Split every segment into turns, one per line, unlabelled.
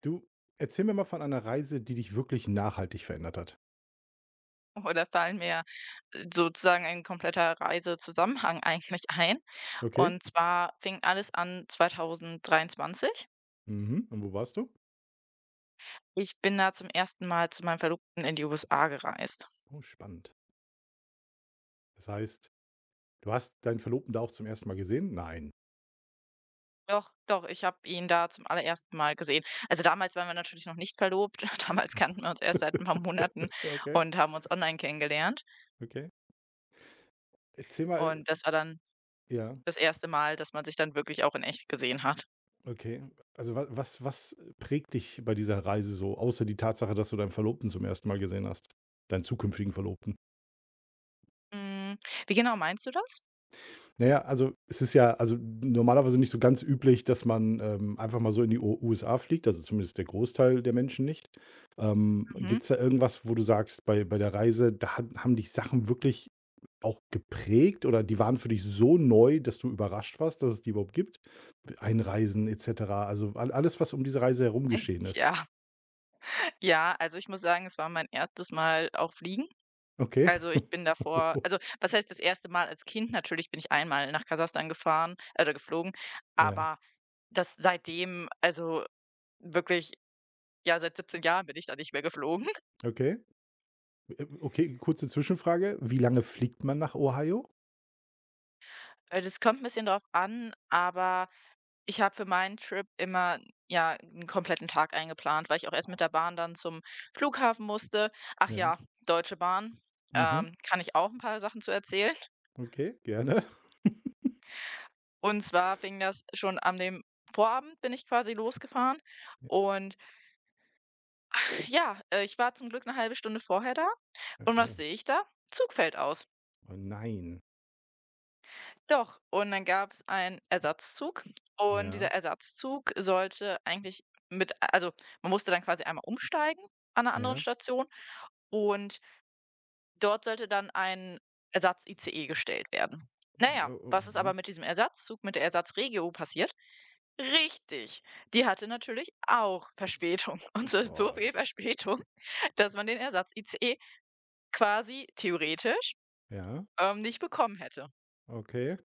Du, erzähl mir mal von einer Reise, die dich wirklich nachhaltig verändert hat.
Oder fallen mir sozusagen ein kompletter Reisezusammenhang eigentlich ein.
Okay.
Und zwar fing alles an 2023.
Mhm. Und wo warst du?
Ich bin da zum ersten Mal zu meinem Verlobten in die USA gereist.
Oh, spannend. Das heißt, du hast deinen Verlobten da auch zum ersten Mal gesehen? Nein.
Doch, doch, ich habe ihn da zum allerersten Mal gesehen. Also damals waren wir natürlich noch nicht verlobt. Damals kannten wir uns erst seit ein paar Monaten
Okay,
und haben uns online kennengelernt.
okay. Erzähl mal.
Und das war dann
Ja,
das erste Mal, dass man sich dann wirklich auch in echt gesehen hat.
okay. Also, wa was was prägt dich bei dieser Reise so, außer die Tatsache, dass du deinen Verlobten zum ersten Mal gesehen hast? Deinen zukünftigen Verlobten?
Hm, Wie genau meinst du das?
Na ja, also, es ist ja, also, normalerweise nicht so ganz üblich, dass man, einfach mal so in die U USA fliegt, also zumindest der Großteil der Menschen nicht.
Mhm.
Gibt's da irgendwas, wo du sagst, bei der Reise, da ha haben dich Sachen wirklich auch geprägt oder die waren für dich so neu, dass du überrascht warst, dass es die überhaupt gibt? Einreisen et cetera, also al alles, was um diese Reise herum geschehen ist.
Ja. Ja, also ich muss sagen, es war mein erstes Mal auch fliegen.
Okay.
Also ich bin davor, also was heißt das erste Mal als Kind? Natürlich bin ich einmal nach Kasachstan gefahren oder geflogen,
Ja,
aber das seitdem, also wirklich, ja, seit 17 Jahren bin ich da nicht mehr geflogen.
okay. Okay, kurze Zwischenfrage. Wie lange fliegt man nach Ohio?
Das kommt ein bisschen drauf an, aber ich habe für meinen Trip immer, ja, einen kompletten Tag eingeplant, weil ich auch erst mit der Bahn dann zum Flughafen musste. Ach
Ja.
ja, Deutsche Bahn,
Mhm.
kann ich auch ein paar Sachen zu erzählen.
Okay, gerne.
Und zwar fing das schon an, dem Vorabend bin ich quasi losgefahren und, ja, ich war zum Glück eine halbe Stunde vorher da, und
Oh,
was sehe ich da? Zug fällt aus.
oh nein.
Doch, und dann gab es einen Ersatzzug, und dieser
Ja,
Ersatzzug sollte eigentlich mit, also, man musste dann quasi einmal umsteigen an einer anderen
ja.
Station und dort sollte dann ein Ersatz-ICE gestellt werden. Na ja,
Oh, oh,
was ist aber
mhm.
mit diesem Ersatzzug, mit der Ersatzregio passiert? Richtig. Die hatte natürlich auch Verspätung und so viel
Gott.
Verspätung, dass man den Ersatz-ICE quasi theoretisch,
Ja,
nicht bekommen hätte.
okay.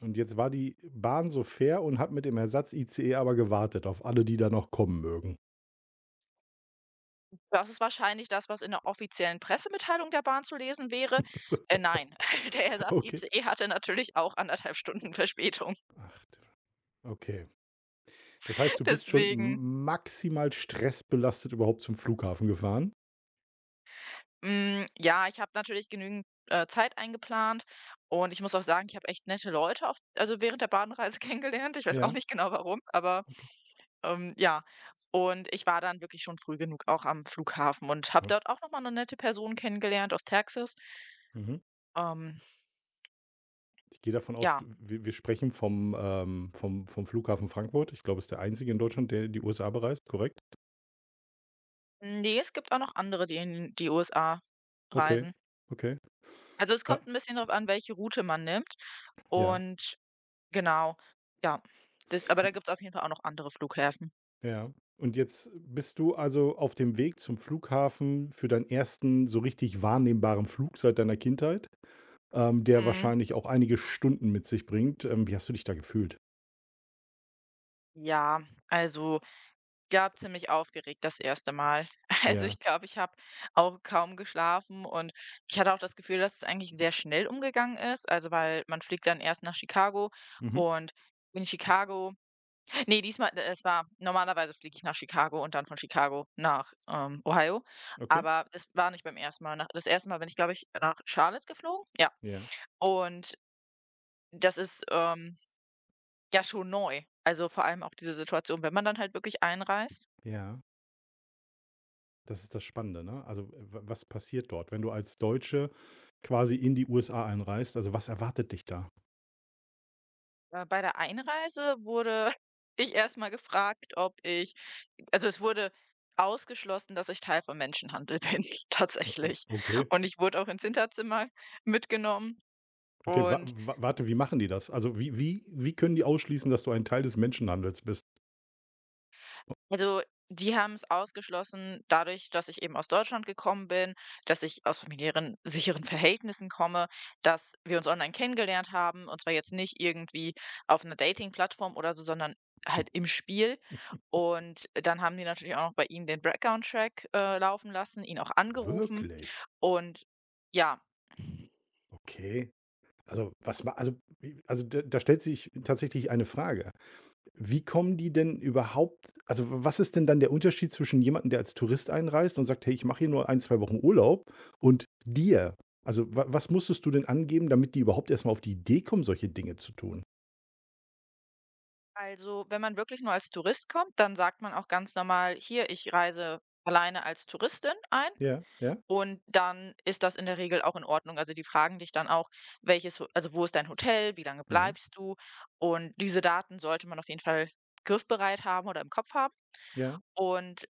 Und jetzt war die Bahn so fair und hat mit dem Ersatz-ICE aber gewartet auf alle, die da noch kommen mögen.
Das ist wahrscheinlich das, was in der offiziellen Pressemitteilung der Bahn zu lesen wäre. Nein, der
Okay.
Ersatz-ICE hatte natürlich auch anderthalb Stunden Verspätung.
Ach, du. Okay. Das heißt, du bist schon
Deswegen,
m maximal stressbelastet überhaupt zum Flughafen gefahren?
hm, ja, ich habe natürlich genügend, Zeit eingeplant, und ich muss auch sagen, ich habe echt nette Leute auf, also, während der Bahnreise kennengelernt. Ich weiß auch
Ja,
nicht genau warum, aber
okay.
Ja, und ich war dann wirklich schon früh genug auch am Flughafen und habe
Hm,
dort auch noch mal 'ne nette Person kennengelernt aus Texas.
mhm.
Ähm,
Ich gehe davon aus, du
ja.
wir wir sprechen vom, vom Flughafen Frankfurt. Ich glaube, es ist der einzige in Deutschland, der die USA bereist, korrekt?
Ne, es gibt auch noch andere, die in die USA
Okay,
reisen.
okay.
Also, es
Äh,
kommt ein bisschen darauf an, welche Route man nimmt
ja.
und, genau, ja. Das, aber da gibt's auf jeden Fall auch noch andere Flughäfen.
Ja. Und jetzt bist du also auf dem Weg zum Flughafen für deinen ersten so richtig wahrnehmbaren Flug seit deiner Kindheit, der
Mhm.
wahrscheinlich auch einige Stunden mit sich bringt. Wie hast du dich da gefühlt?
Ja, also ja, ziemlich aufgeregt das erste Mal. Also,
Ja.
ich glaube, ich habe auch kaum geschlafen, und ich hatte auch das Gefühl, dass es eigentlich sehr schnell umgegangen ist. Also, weil man fliegt dann erst nach Chicago
Mhm.
und in Chicago, ne, diesmal d es war, normalerweise fliege ich nach Chicago und dann von Chicago nach, Ohio,
Okay.
aber das war nicht beim ersten Mal. Nach, das erste Mal bin ich, glaube ich, nach Charlotte geflogen, ja.
Ja.
Und das ist, ja, schon neu. Also, vor allem auch diese Situation, wenn man dann halt wirklich einreist.
Ja. Das ist das Spannende, ne? Also, was passiert dort, wenn du als Deutsche quasi in die USA einreist? Also, was erwartet dich da?
Bei der Einreise wurde ich erstmal gefragt, ob ich, also, es wurde ausgeschlossen, dass ich Teil von Menschenhandel bin,
O
tatsächlich.
Okay.
Und ich wurde auch ins Hinterzimmer mitgenommen,
Okay, wa
und,
wa warte, wie machen die das? Also, wie können die ausschließen, dass du ein Teil des Menschenhandels bist?
also, die haben es ausgeschlossen dadurch, dass ich eben aus Deutschland gekommen bin, dass ich aus familiären sicheren Verhältnissen komme, dass wir uns online kennengelernt haben und zwar jetzt nicht irgendwie auf einer Dating-Plattform oder so, sondern halt im Spiel. Und dann haben die natürlich auch noch bei ihm den Background-Track, laufen lassen, ihn auch angerufen,
Wirklich?
und ja,
Okay. Also, was ma, also da stellt sich tatsächlich eine Frage. Wie kommen die denn überhaupt, also, was ist denn dann der Unterschied zwischen jemandem, der als Tourist einreist und sagt: „Hey, ich mache hier nur ein 2 Wochen Urlaub“, und dir? Also, wa was musstest du denn angeben, damit die überhaupt erstmal auf die Idee kommen, solche Dinge zu tun?
also, wenn man wirklich nur als Tourist kommt, dann sagt man auch ganz normal: „Hier, ich reise alleine als Touristin ein.“
Ja, ja.
Und dann ist das in der Regel auch in Ordnung. Also, die fragen dich dann auch, welches Ho also, wo ist dein Hotel, wie lange
Mhm.
bleibst du? Und diese Daten sollte man auf jeden Fall griffbereit haben oder im Kopf haben.
Ja.
Und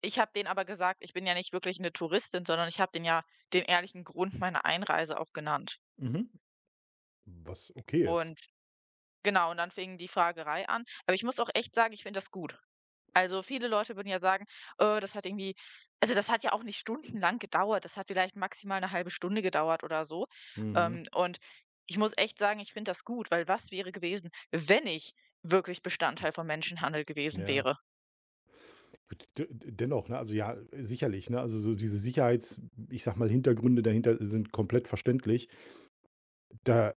ich habe denen aber gesagt, ich bin ja nicht wirklich eine Touristin, sondern ich habe denen ja den ehrlichen Grund meiner Einreise auch genannt.
Mhm. Was okay ist.
Und, genau, und dann fing die Fragerei an. Aber ich muss auch echt sagen, ich finde das gut. Also, viele Leute würden ja sagen: Das hat irgendwie“, also, das hat ja auch nicht stundenlang gedauert. Das hat vielleicht maximal eine halbe Stunde gedauert oder so.
Mhm,
Und ich muss echt sagen, ich finde das gut, weil was wäre gewesen, wenn ich wirklich Bestandteil von Menschenhandel gewesen
ja.
wäre?
Gut, de dennoch, ne, also ja, sicherlich, ne, also so diese Sicherheits, ich sag mal, Hintergründe dahinter sind komplett verständlich. Da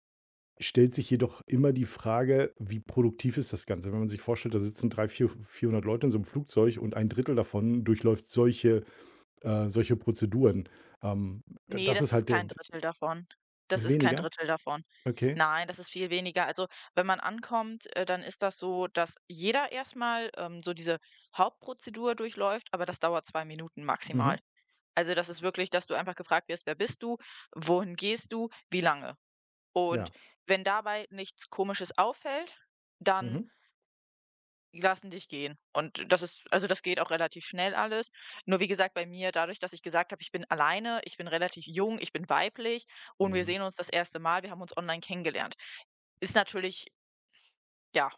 stellt sich jedoch immer die Frage, wie produktiv ist das Ganze? Wenn man sich vorstellt, da sitzen drei, vier, vierhundert Leute in so einem Flugzeug und ein Drittel davon durchläuft solche, solche Prozeduren. Ähm, d
Ne,
das
das
ist
ist
halt der,
kein Drittel davon. Das
ist
ist kein
weniger?
Drittel davon.
Okay.
Nein, das ist viel weniger. Also, wenn man ankommt, dann ist das so, dass jeder erstmal so diese Hauptprozedur durchläuft, aber das dauert 2 Minuten
Mhm.
maximal. Also, das ist wirklich, dass du einfach gefragt wirst: „Wer bist du? Wohin gehst du? Wie lange?“ Und
Ja.
wenn dabei nichts Komisches auffällt, dann
Mhm.
lassen dich gehen. Und das ist, also, das geht auch relativ schnell alles. Nur wie gesagt, bei mir dadurch, dass ich gesagt habe: „Ich bin alleine, ich bin relativ jung, ich bin weiblich und wir
Mhm.
sehen uns das erste Mal. Wir haben uns online kennengelernt.“ Ist natürlich, ja,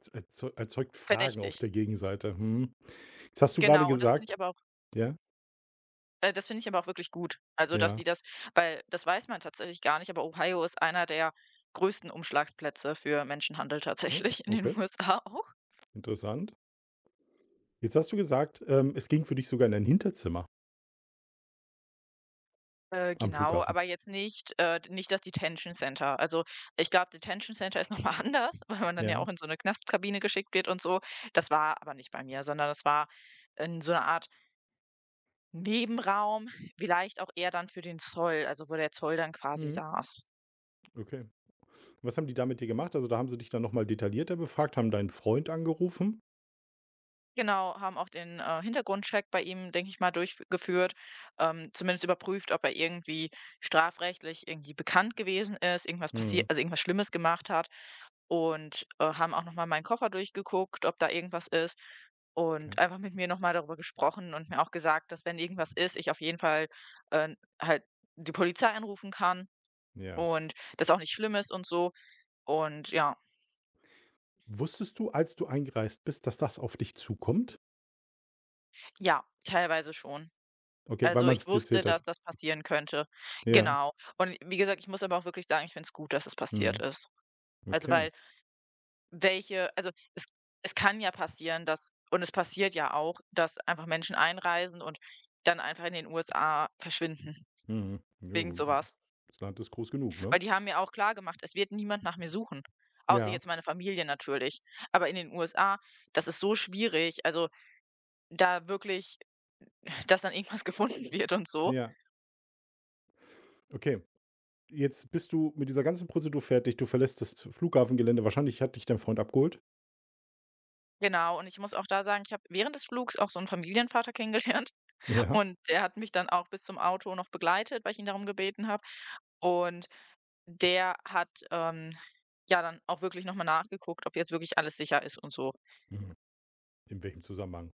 Es erzeugt Fragen auf
verdächtig.
der Gegenseite. Mhm. Jetzt hast du gerade
Genau, und das finde
gesagt.
ich aber
Ja,
Das finde ich aber auch wirklich gut. Also, dass
ja.
die das, weil das weiß man tatsächlich gar nicht, aber Ohio ist einer der größten Umschlagsplätze für Menschenhandel
Oh,
tatsächlich in den
okay,
USA auch.
interessant. Jetzt hast du gesagt, es ging für dich sogar in ein Hinterzimmer am
Genau,
Flughafen.
aber jetzt nicht, nicht das Detention Center. Also, ich glaube, Detention Center ist noch mal anders, weil man dann ja
Ja.
auch in so eine Knastkabine geschickt wird und so. Das war aber nicht bei mir, sondern das war in so einer Art Nebenraum, vielleicht auch eher dann für den Zoll, also wo der Zoll dann quasi
Mhm.
saß.
Okay. Was haben die da mit dir gemacht? Also, da haben sie dich dann nochmal detaillierter befragt, haben deinen Freund angerufen?
Genau, haben auch den, Hintergrundcheck bei ihm, denke ich mal, durchgeführt, zumindest überprüft, ob er irgendwie strafrechtlich irgendwie bekannt gewesen ist, irgendwas passiert,
Mhm,
also irgendwas Schlimmes gemacht hat, und, haben auch noch mal meinen Koffer durchgeguckt, ob da irgendwas ist, und
okay,
einfach mit mir noch mal darüber gesprochen und mir auch gesagt, dass wenn irgendwas ist, ich auf jeden Fall, äh, halt die Polizei anrufen kann
ja.
und das auch nicht schlimm ist und so, und ja,
Wusstest du, als du eingereist bist, dass das auf dich zukommt?
ja, teilweise schon.
Okay, weil
Also,
man
ich
es dir
wusste,
erzählt hat.
dass das passieren könnte.
Ja.
Genau. Und wie gesagt, ich muss aber auch wirklich sagen, ich finde es gut, dass es passiert
Mhm,
ist. Also,
okay.
weil welche, also, es es kann ja passieren, dass, und es passiert ja auch, dass einfach Menschen einreisen und dann einfach in den USA verschwinden
Mhm. Ja,
wegen sowas.
das Land ist groß genug, ne?
Weil die haben mir auch klar gemacht: „Es wird niemand nach mir suchen“, außer
Ja,
jetzt meine Familie natürlich. Aber in den USA, das ist so schwierig, also, da wirklich, dass dann irgendwas gefunden wird und so.
ja. Okay, jetzt bist du mit dieser ganzen Prozedur fertig. Du verlässt das Flughafengelände. Wahrscheinlich hat dich dein Freund abgeholt?
Genau, und ich muss auch da sagen, ich habe während des Flugs auch so 'n Familienvater kennengelernt,
Ja.
und der hat mich dann auch bis zum Auto noch begleitet, weil ich ihn darum gebeten habe. Und der hat, ja, dann auch wirklich noch mal nachgeguckt, ob jetzt wirklich alles sicher ist und so,
Mhm. In welchem Zusammenhang?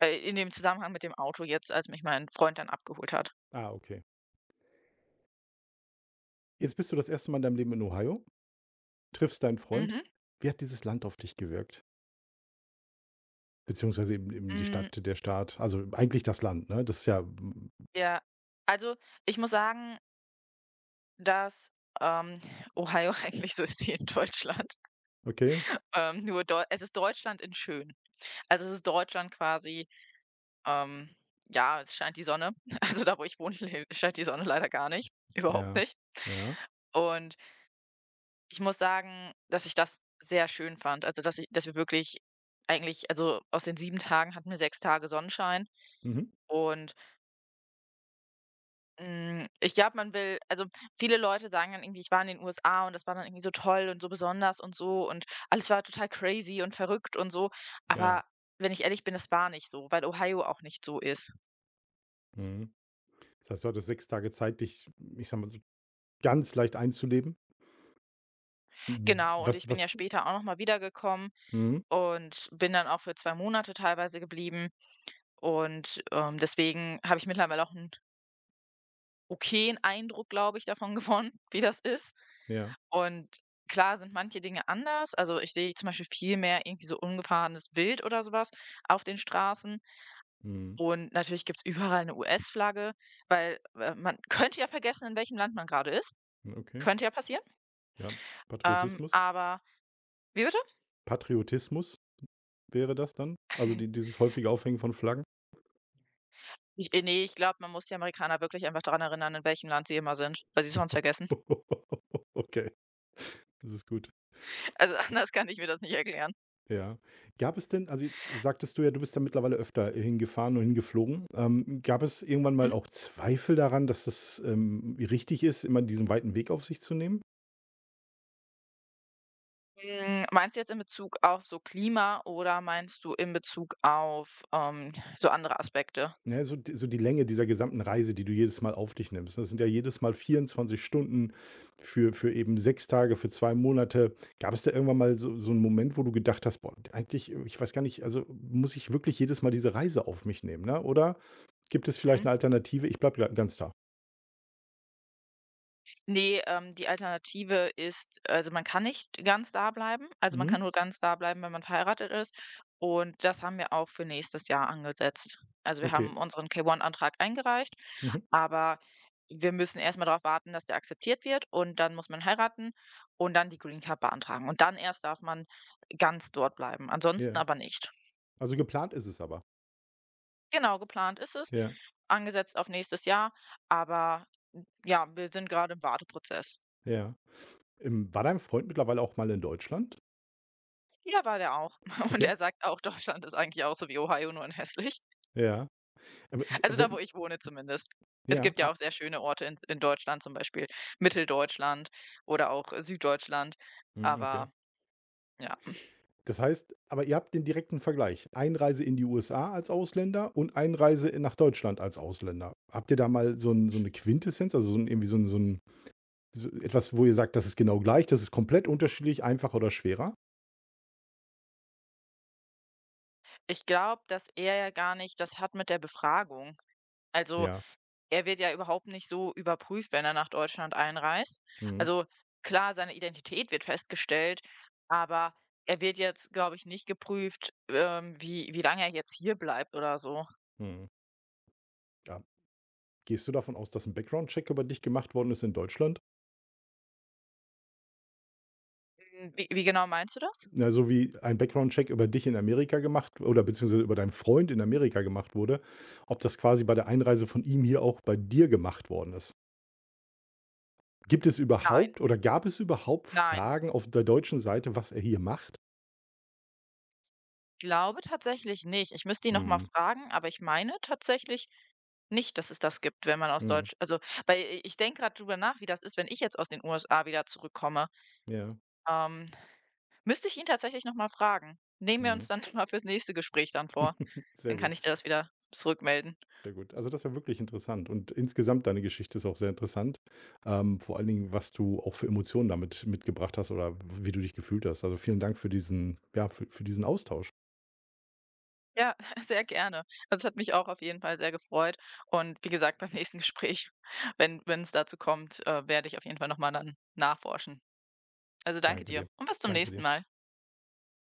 in dem Zusammenhang mit dem Auto jetzt, als mich mein Freund dann abgeholt hat.
Ah, okay. Jetzt bist du das erste Mal in deinem Leben in Ohio, triffst deinen
Mhm.
Freund. Wie hat dieses Land auf dich gewirkt? Beziehungsweise eben die Stadt,
Hm,
der Staat, also eigentlich das Land, ne? Das ist ja, hm,
ja, also, ich muss sagen, dass, ähm, Ohio eigentlich so ist wie in Deutschland.
okay,
Nur Deu es ist Deutschland in schön. Also, es ist Deutschland quasi. Ähm, ja, es scheint die Sonne. Also da, wo ich wohne, scheint die Sonne leider gar nicht. Überhaupt
ja,
nicht.
ja,
Und ich muss sagen, dass ich das sehr schön fand. Also, dass, ich, dass wir wirklich eigentlich, also aus den 7 Tagen hatten wir 6 Tage Sonnenschein.
mhm,
Und ich glaube, man will, also viele Leute sagen dann irgendwie, ich war in den USA und das war dann irgendwie so toll und so besonders und so und alles war total crazy und verrückt und so.
ja,
Aber wenn ich ehrlich bin, das war nicht so, weil Ohio auch nicht so ist.
mhm. Das heißt, du hattest 6 Tage Zeit, dich, ich sage mal so, ganz leicht einzuleben. Hm,
Genau, und
was
ich bin ja
was
später auch noch mal wiedergekommen
mhm,
und bin dann auch für 2 Monate teilweise geblieben. Und, deswegen habe ich mittlerweile auch einen okayen Eindruck, glaube ich, davon gewonnen, wie das ist.
ja,
Und klar sind manche Dinge anders. Also, ich sehe zum Beispiel viel mehr irgendwie so ungefahrenes Wild oder sowas auf den Straßen.
mhm,
Und natürlich gibt's überall 'ne US-Flagge, weil, man könnte ja vergessen, in welchem Land man gerade ist.
okay,
Könnte ja passieren.
ja.
Ähm,
Patriotismus.
aber Wie bitte?
Patriotismus wäre das dann? Also, dieses häufige Aufhängen von Flaggen?
Ich glaube, man muss die Amerikaner wirklich einfach daran erinnern, in welchem Land sie immer sind, weil sie es sonst vergessen.
Okay, das ist gut.
Also, anders kann ich mir das nicht erklären.
Ja. Gab es denn, also, jetzt sagtest du ja, du bist da mittlerweile öfter hingefahren und hingeflogen. Gab es irgendwann mal
Mhm.
auch Zweifel daran, dass es, richtig ist, immer diesen weiten Weg auf sich zu nehmen?
Meinst du jetzt in Bezug auf so Klima oder meinst du in Bezug auf, so andere Aspekte?
Ja, so die Länge dieser gesamten Reise, die du jedes Mal auf dich nimmst. Das sind ja jedes Mal 24 Stunden für eben 6 Tage, für 2 Monate. Gab es da irgendwann mal so einen Moment, wo du gedacht hast: „Boah, eigentlich, ich weiß gar nicht, also, muss ich wirklich jedes Mal diese Reise auf mich nehmen, ne? Oder gibt es vielleicht eine Alternative? Ich bleibe ganz da.“
Nee, die Alternative ist, also, man kann nicht ganz da bleiben. Also, man kann
Mhm.
nur ganz da bleiben, wenn man verheiratet ist. Und das haben wir auch für nächstes Jahr angesetzt. Also, wir
Okay.
haben unseren K-1-Antrag eingereicht,
Mhm.
aber wir müssen erst mal darauf warten, dass der akzeptiert wird, und dann muss man heiraten und dann die Green Card beantragen. Und dann erst darf man ganz dort bleiben, ansonsten
Ja.
aber nicht.
Also, geplant ist es aber.
Genau, geplant ist es,
Ja,
angesetzt auf nächstes Jahr, aber, ja, wir sind gerade im Warteprozess.
ja. War dein Freund mittlerweile auch mal in Deutschland?
Ja, war der auch. Und
Okay.
er sagt auch, Deutschland ist eigentlich auch so wie Ohio, nur in hässlich.
Ja. Aber w
Also da,
wenn
wo ich wohne zumindest. Es
ja,
gibt ja
ah,
auch sehr schöne Orte in Deutschland, zum Beispiel Mitteldeutschland oder auch, Süddeutschland.
mhm, okay.
Aber ja,
Das heißt aber, ihr habt den direkten Vergleich. Einreise in die USA als Ausländer und Einreise in nach Deutschland als Ausländer. Habt ihr da mal so 'ne Quintessenz, also, so 'n irgendwie so ein so 'n so etwas, wo ihr sagt: „Das ist genau gleich, das ist komplett unterschiedlich, einfacher oder schwerer?“
ich glaube, dass er ja gar nicht das hat mit der Befragung. Also
Ja.
er wird ja überhaupt nicht so überprüft, wenn er nach Deutschland einreist.
Mhm,
Also klar, seine Identität wird festgestellt, aber er wird jetzt, glaube ich, nicht geprüft, wie lange er jetzt hier bleibt oder so.
mhm. Ja. Gehst du davon aus, dass ein Background-Check über dich gemacht worden ist in Deutschland?
Wie genau meinst du das?
Na, so wie ein Background-Check über dich in Amerika gemacht oder beziehungsweise über deinen Freund in Amerika gemacht wurde, ob das quasi bei der Einreise von ihm hier auch bei dir gemacht worden ist. Gibt es
Nein,
überhaupt oder gab es überhaupt
nein,
Fragen auf der deutschen Seite, was er hier macht?
glaube tatsächlich nicht. Ich müsste ihn noch mal
Mhm.
fragen, aber ich meine tatsächlich nicht, dass es das gibt, wenn man aus
Mhm.
Deutsch also, weil i ich denke gerade drüber nach, wie das ist, wenn ich jetzt aus den USA wieder zurückkomme.
Ja.
Ähm, Müsste ich ihn tatsächlich noch mal fragen. Nehmen wir uns
Mhm.
dann mal fürs nächste Gespräch dann vor.
Sehr
Dann kann
gut,
ich dir das wieder zurückmelden.
sehr gut. Also, das war wirklich interessant und insgesamt deine Geschichte ist auch sehr interessant. Vor allen Dingen, was du auch für Emotionen damit mitgebracht hast oder wie du dich gefühlt hast. Also vielen Dank für diesen, ja, für diesen Austausch.
Ja, sehr gerne. Also, es hat mich auch auf jeden Fall sehr gefreut, und wie gesagt, beim nächsten Gespräch, wenn es dazu kommt, werde ich auf jeden Fall noch mal dann nachforschen. Also danke
Danke dir.
dir und bis zum
Danke
nächsten
dir.
Mal.